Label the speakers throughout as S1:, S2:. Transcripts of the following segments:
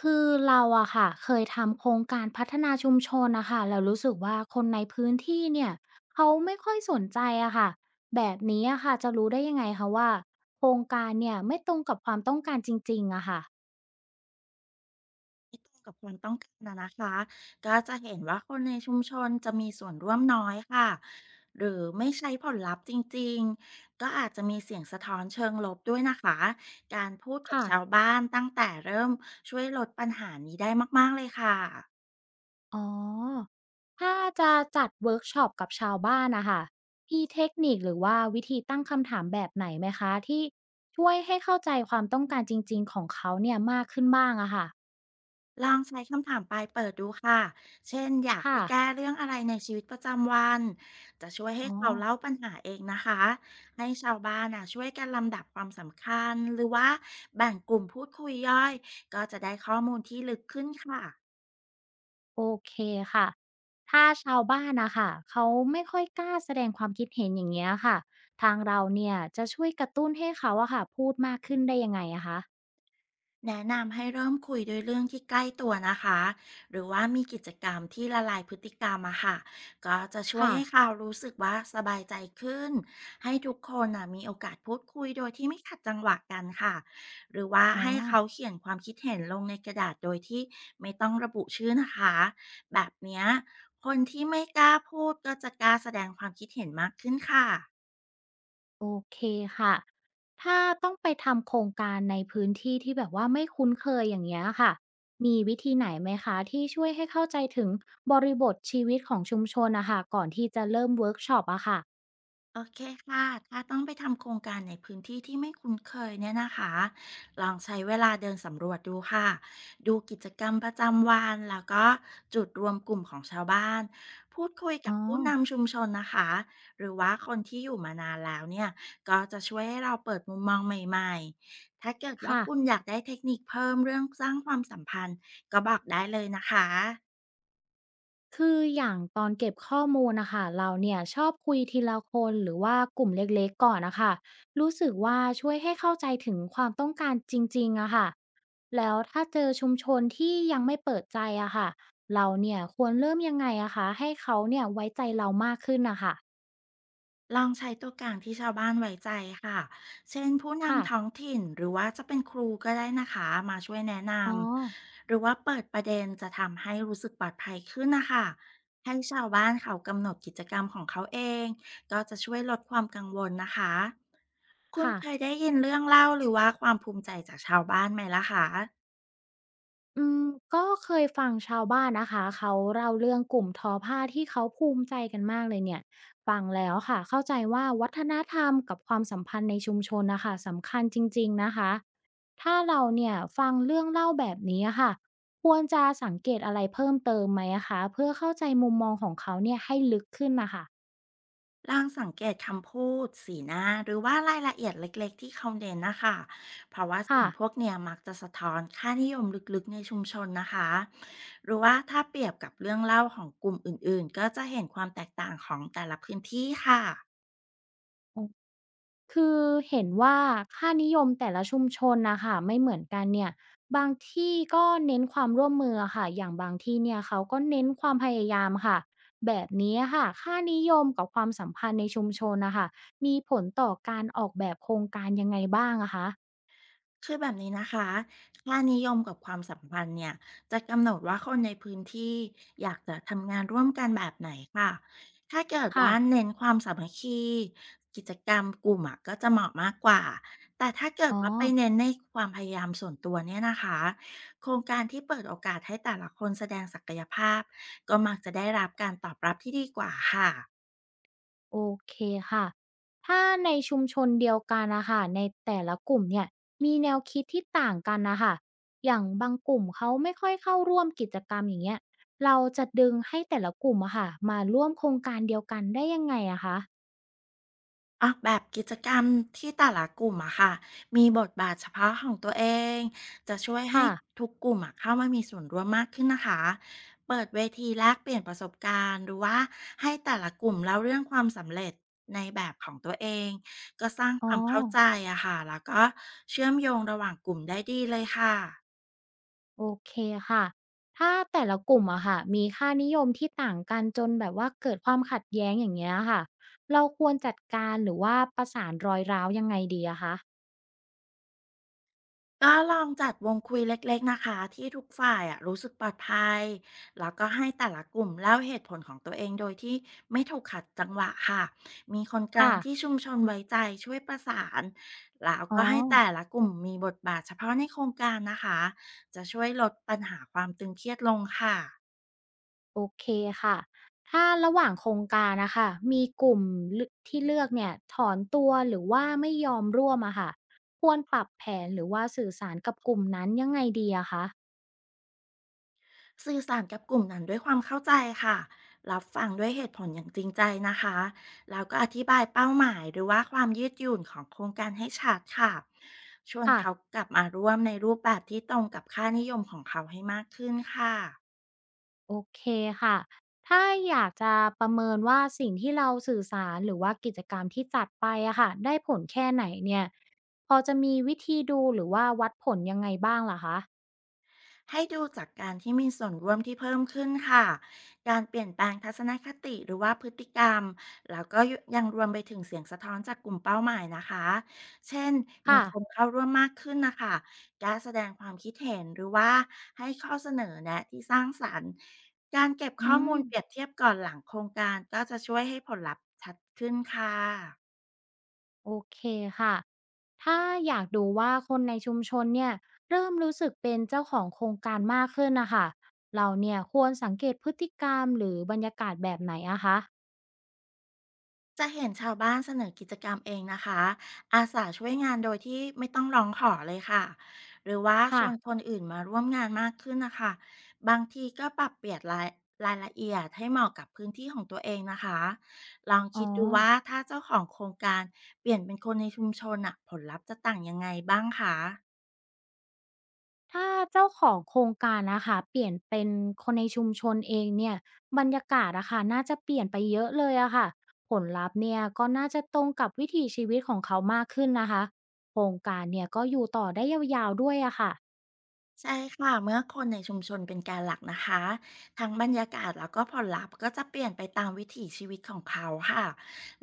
S1: คือเราอะค่ะเคยทำโครงการพัฒนาชุมชนนะคะแล้วรู้สึกว่าคนในพื้นที่เนี่ยเขาไม่ค่อยสนใจอะค่ะแบบนี้อะค่ะจะรู้ได้ยังไงคะว่าโครงการเนี่ยไม่ตรงกับความต้องการจริงๆอะค่ะ
S2: ที่ตรงกับความต้องการนะคะก็จะเห็นว่าคนในชุมชนจะมีส่วนร่วมน้อยค่ะหรือไม่ใช้ผลลัพธ์จริงๆก็อาจจะมีเสียงสะท้อนเชิงลบด้วยนะคะการพูดกับ
S1: ค่ะ
S2: ชาวบ้านตั้งแต่เริ่มช่วยลดปัญหานี้ได้มากๆเลยค่ะ
S1: อ๋อถ้าจะจัดเวิร์กช็อปกับชาวบ้านนะค่ะมีเทคนิคหรือว่าวิธีตั้งคำถามแบบไหนไหมคะที่ช่วยให้เข้าใจความต้องการจริงๆของเขาเนี่ยมากขึ้นบ้างอะค่ะ
S2: ลองใช้คำถามปลายเปิดดูค่ะ เช่นอยาก
S1: ค่ะ
S2: ให้แก้เรื่องอะไรในชีวิตประจำวัน จะช่วยให้
S1: อ๋อ
S2: เขาเล่าปัญหาเองนะคะให้ชาวบ้านน่ะช่วยกันลำดับความสำคัญหรือว่าแบ่งกลุ่มพูดคุยย่อยก็จะได้ข้อมูลที่ลึกขึ้นค่ะ
S1: โอเคค่ะ ถ้าชาวบ้านนะคะเขาไม่ค่อยกล้าแสดงความคิดเห็นอย่างเงี้ยค่ะทางเราเนี่ยจะช่วยกระตุ้นให้เขาอะค่ะพูดมากขึ้นได้ยังไงอะคะ
S2: แนะนำให้เริ่มคุยด้วยเรื่องที่ใกล้ตัวนะคะหรือว่ามีกิจกรรมที่ละลายพฤติกรรมอะค่ะก็จะช่วย
S1: ค่ะ
S2: ให้เขารู้สึกว่าสบายใจขึ้นให้ทุกคนนะมีโอกาสพูดคุยโดยที่ไม่ขัดจังหวะกันค่ะหรือว่า
S1: อ๋อ
S2: ให้เขาเขียนความคิดเห็นลงในกระดาษโดยที่ไม่ต้องระบุชื่อนะคะแบบเนี้ยคนที่ไม่กล้าพูดก็จะกล้าแสดงความคิดเห็นมากขึ้นค่ะ
S1: โอเคค่ะถ้าต้องไปทำโครงการในพื้นที่ที่แบบว่าไม่คุ้นเคยอย่างเงี้ยค่ะมีวิธีไหนไหมคะที่ช่วยให้เข้าใจถึงบริบทชีวิตของชุมชนนะคะก่อนที่จะเริ่มเวิร์กช็อปอะค่ะ
S2: โอเคค่ะถ้าต้องไปทำโครงการในพื้นที่ที่ไม่คุ้นเคยเนี่ยนะคะลองใช้เวลาเดินสำรวจดูค่ะ ดูกิจกรรมประจำวันแล้วก็จุดรวมกลุ่มของชาวบ้านพูดคุย
S1: อ๋
S2: กั
S1: อ
S2: บผู้นำชุมชนนะคะหรือว่าคนที่อยู่มานานแล้วเนี่ยก็จะช่วยให้เราเปิดมุมมองใหม่ๆถ้าเกิดว่า
S1: ค่ะ
S2: คุณอยากได้เทคนิคเพิ่มเรื่องสร้างความสัมพันธ์ก็บอกได้เลยนะคะ
S1: คืออย่างตอนเก็บข้อมูลนะคะเราเนี่ยชอบคุยทีละคนหรือว่ากลุ่มเล็กๆก่อนนะคะรู้สึกว่าช่วยให้เข้าใจถึงความต้องการจริงๆอะค่ะแล้วถ้าเจอชุมชนที่ยังไม่เปิดใจอะค่ะเราเนี่ยควรเริ่มยังไงอะคะให้เขาเนี่ยไว้ใจเรามากขึ้นนะคะ
S2: ลองใช้ตัวกลางที่ชาวบ้านไว้ใจค่ะ เช่นผู้
S1: ค่ะ
S2: นำท้องถิ่นหรือว่าจะเป็นครูก็ได้นะคะมาช่วยแนะน
S1: อ๋อ
S2: ำหรือว่าเปิดประเด็นจะทำให้รู้สึกปลอดภัยขึ้นนะคะให้ชาวบ้านเขากำหนดกิจกรรมของเขาเองก็จะช่วยลดความกังวลนะคะคุณ
S1: ค่ะ
S2: เคยได้ยินเรื่องเล่าหรือว่าความภูมิใจจากชาวบ้านไหมล่ะคะ
S1: อืมก็เคยฟังชาวบ้านนะคะเขาเล่าเรื่องกลุ่มทอผ้าที่เขาภูมิใจกันมากเลยเนี่ยฟังแล้วค่ะเข้าใจว่าวัฒนธรรมกับความสัมพันธ์ในชุมชนนะคะสำคัญจริงๆนะคะถ้าเราเนี่ยฟังเรื่องเล่าแบบนี้อะค่ะควรจะสังเกตอะไรเพิ่มเติมไหมอะคะเพื่อเข้าใจมุมมองของเขาเนี่ยให้ลึกขึ้นนะคะ
S2: ลองสังเกตคำพูดสีหน้าหรือว่ารายละเอียดเล็กๆที่เขาเน้นนะคะเพราะว่า
S1: ค่ะ
S2: สิ่งพวกเนี้ยมักจะสะท้อนค่านิยมลึกๆในชุมชนนะคะหรือว่าถ้าเปรียบกับเรื่องเล่าของกลุ่มอื่นๆก็จะเห็นความแตกต่างของแต่ละพื้นที่ค่ะ
S1: คือเห็นว่าค่านิยมแต่ละชุมชนนะคะไม่เหมือนกันเนี่ยบางที่ก็เน้นความร่วมมือค่ะอย่างบางที่เนี่ยเขาก็เน้นความพยายามค่ะแบบนี้ค่ะค่านิยมกับความสัมพันธ์ในชุมชนน่ะคะมีผลต่อการออกแบบโครงการยังไงบ้างอะคะ
S2: คือแบบนี้นะคะค่านิยมกับความสัมพันธ์เนี่ยจะกำหนดว่าคนในพื้นที่อยากจะทำงานร่วมกันแบบไหนค่ะถ้าเกิด
S1: ค่ะ
S2: ว่าเน้นความสามัคคีกิจกรรมกลุ่มอะก็จะเหมาะมากกว่าแต่ถ้าเกิด
S1: อ๋อ
S2: ว่าไปเน้นในความพยายามส่วนตัวเนี่ยนะคะ โครงการที่เปิดโอกาสให้แต่ละคนแสดงศักยภาพก็มักจะได้รับการตอบรับที่ดีกว่าค่ะ
S1: โอเคค่ะ ถ้าในชุมชนเดียวกันนะคะในแต่ละกลุ่มเนี่ยมีแนวคิดที่ต่างกันนะคะอย่างบางกลุ่มเขาไม่ค่อยเข้าร่วมกิจกรรมอย่างเงี้ยเราจะดึงให้แต่ละกลุ่มอะค่ะมาร่วมโครงการเดียวกันได้ยังไงอะคะ
S2: ออกแบบกิจกรรมที่แต่ละกลุ่มอะค่ะมีบทบาทเฉพาะของตัวเองจะช่วยให้
S1: ค่ะ
S2: ทุกกลุ่มอะเข้ามามีส่วนร่วมมากขึ้นนะคะเปิดเวทีแลกเปลี่ยนประสบการณ์หรือว่าให้แต่ละกลุ่มเล่าเรื่องความสำเร็จในแบบของตัวเองก็สร้างค
S1: อ๋อ
S2: วามเข้าใจอะค่ะแล้วก็เชื่อมโยงระหว่างกลุ่มได้ดีเลยค่ะ
S1: โอเคค่ะ ถ้าแต่ละกลุ่มอะค่ะมีค่านิยมที่ต่างกันจนแบบว่าเกิดความขัดแย้งอย่างเงี้ยค่ะเราควรจัดการหรือว่าประสานรอยร้าวยังไงดีอะคะ
S2: ก็ลองจัดวงคุยเล็กๆนะคะที่ทุกฝ่ายอะรู้สึกปลอดภัยแล้วก็ให้แต่ละกลุ่มเล่าเหตุผลของตัวเองโดยที่ไม่ถูกขัดจังหวะค่ะมีคนกลาง
S1: ค่ะ
S2: ที่ชุมชนไว้ใจช่วยประสานแล้ว
S1: อ๋อ
S2: ก็ให้แต่ละกลุ่มมีบทบาทเฉพาะในโครงการนะคะจะช่วยลดปัญหาความตึงเครียดลงค่ะ
S1: โอเคค่ะถ้าระหว่างโครงการนะคะ มีกลุ่มเลือกเนี่ยถอนตัวหรือว่าไม่ยอมร่วมอะค่ะควรปรับแผนหรือว่าสื่อสารกับกลุ่มนั้นยังไงดีอะคะ
S2: สื่อสารกับกลุ่มนั้นด้วยความเข้าใจค่ะรับฟังด้วยเหตุผลอย่างจริงใจนะคะ แล้วก็อธิบายเป้าหมายหรือว่าความยืดหยุ่นของโครงการให้ชัดค่ะชวน
S1: ค่ะ
S2: เขากลับมาร่วมในรูปแบบที่ตรงกับค่านิยมของเขาให้มากขึ้นค่ะ
S1: โอเคค่ะ ถ้าอยากจะประเมินว่าสิ่งที่เราสื่อสารหรือว่ากิจกรรมที่จัดไปอะค่ะได้ผลแค่ไหนเนี่ยพอจะมีวิธีดูหรือว่าวัดผลยังไงบ้างล่ะคะ
S2: ให้ดูจากการที่มีส่วนร่วมที่เพิ่มขึ้นค่ะ การเปลี่ยนแปลงทัศนคติหรือว่าพฤติกรรม แล้วก็ยังรวมไปถึงเสียงสะท้อนจากกลุ่มเป้าหมายนะคะ เช่นมี
S1: ค่ะ
S2: คนเข้าร่วมมากขึ้นนะคะการแสดงความคิดเห็นหรือว่าให้ข้อเสนอแนะที่สร้างสรรค์การเก็บ
S1: อื
S2: ข้อ
S1: ม
S2: มูลเปรียบเทียบก่อนหลังโครงการก็จะช่วยให้ผลลัพธ์ชัดขึ้นค่ะ
S1: โอเคค่ะ ถ้าอยากดูว่าคนในชุมชนเนี่ยเริ่มรู้สึกเป็นเจ้าของโครงการมากขึ้นนะคะ เราเนี่ยควรสังเกตพฤติกรรมหรือบรรยากาศแบบไหนอะคะ
S2: จะเห็นชาวบ้านเสนอกิจกรรมเองนะคะอาสาช่วยงานโดยที่ไม่ต้องร้องขอเลยค่ะหรือว่าช
S1: ค่ะ
S2: วนคนอื่นมาร่วมงานมากขึ้นนะคะบางทีก็ปรับเปลี่ยนรายละเอียดให้เหมาะกับพื้นที่ของตัวเองนะคะลอง
S1: อ๋อ
S2: คิดดูว่าถ้าเจ้าของโครงการเปลี่ยนเป็นคนในชุมชนอะผลลัพธ์จะต่างยังไงบ้างคะ
S1: ถ้าเจ้าของโครงการนะคะเปลี่ยนเป็นคนในชุมชนเองเนี่ยบรรยากาศอะค่ะน่าจะเปลี่ยนไปเยอะเลยอะค่ะ ผลลัพธ์เนี่ยก็น่าจะตรงกับวิถีชีวิตของเขามากขึ้นนะคะ โครงการเนี่ยก็อยู่ต่อได้ยาวๆด้วยอะค่ะ
S2: ใช่ค่ะเมื่อคนในชุมชนเป็นแกนหลักนะคะทั้งบรรยากาศแล้วก็ผลลัพธ์ก็จะเปลี่ยนไปตามวิถีชีวิตของเขาค่ะ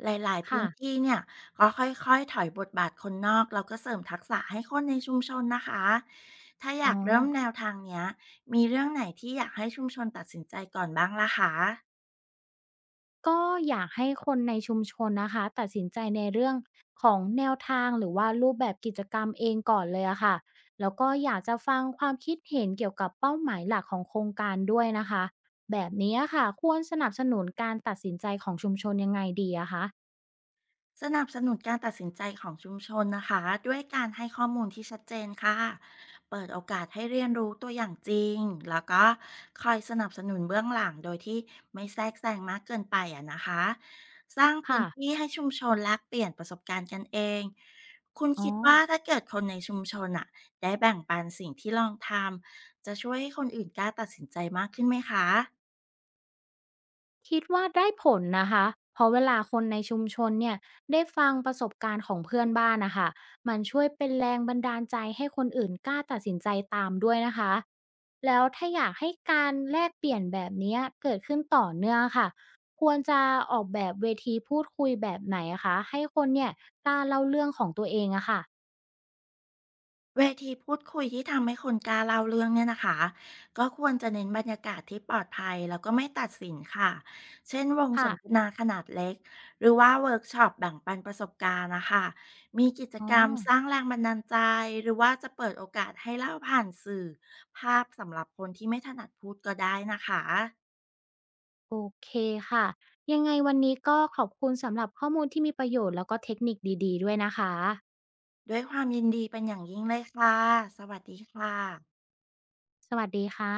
S2: หลายๆพื้
S1: ค่ะ
S2: นที่เนี่ยก็ค่อยๆถอยบทบาทคนนอกแล้วก็เสริมทักษะให้คนในชุมชนนะคะถ้าอ
S1: อ๋อ
S2: ยากเริ่มแนวทางเนี้ยมีเรื่องไหนที่อยากให้ชุมชนตัดสินใจก่อนบ้างล่ะคะ
S1: ก็อยากให้คนในชุมชนนะคะตัดสินใจในเรื่องของแนวทางหรือว่ารูปแบบกิจกรรมเองก่อนเลยอะค่ะแล้วก็อยากจะฟังความคิดเห็นเกี่ยวกับเป้าหมายหลักของโครงการด้วยนะคะแบบนี้อะค่ะควรสนับสนุนการตัดสินใจของชุมชนยังไงดีอะคะ
S2: สนับสนุนการตัดสินใจของชุมชนนะคะด้วยการให้ข้อมูลที่ชัดเจนค่ะเปิดโอกาสให้เรียนรู้ตัวอย่างจริงแล้วก็คอยสนับสนุนเบื้องหลังโดยที่ไม่แทรกแซงมากเกินไปอะนะคะสร้างพื้
S1: ค่ะ
S2: นที่ให้ชุมชนแลกเปลี่ยนประสบการณ์กันเองคุณ
S1: อ๋อ
S2: คิดว่าถ้าเกิดคนในชุมชนอะได้แบ่งปันสิ่งที่ลองทำจะช่วยให้คนอื่นกล้าตัดสินใจมากขึ้นไหมคะ
S1: คิดว่าได้ผลนะคะเพราะเวลาคนในชุมชนเนี่ยได้ฟังประสบการณ์ของเพื่อนบ้านนะคะมันช่วยเป็นแรงบันดาลใจให้คนอื่นกล้าตัดสินใจตามด้วยนะคะแล้วถ้าอยากให้การแลกเปลี่ยนแบบเนี้ยเกิดขึ้นต่อเนื่องค่ะควรจะออกแบบเวทีพูดคุยแบบไหนอะคะให้คนเนี่ยกล้าเล่าเรื่องของตัวเองอะค่ะ
S2: เวทีพูดคุยที่ทำให้คนกล้าเล่าเรื่องเนี่ยนะคะก็ควรจะเน้นบรรยากาศที่ปลอดภัยแล้วก็ไม่ตัดสินค่ะเช่นวงส
S1: ค่ะ
S2: นทนาขนาดเล็กหรือว่าเวิร์กช็อปแบ่งปันประสบการณ์นะคะมีกิจ
S1: อ๋อ
S2: กรรมสร้างแรงบันดาลใจหรือว่าจะเปิดโอกาสให้เล่าผ่านสื่อภาพสำหรับคนที่ไม่ถนัดพูดก็ได้นะคะ
S1: โอเคค่ะยังไงวันนี้ก็ขอบคุณสำหรับข้อมูลที่มีประโยชน์แล้วก็เทคนิคดีๆด้วยนะคะ
S2: ด้วยความยินดีเป็นอย่างยิ่งเลยค่ะสวัสดีค่ะ
S1: สวัสดีค่ะ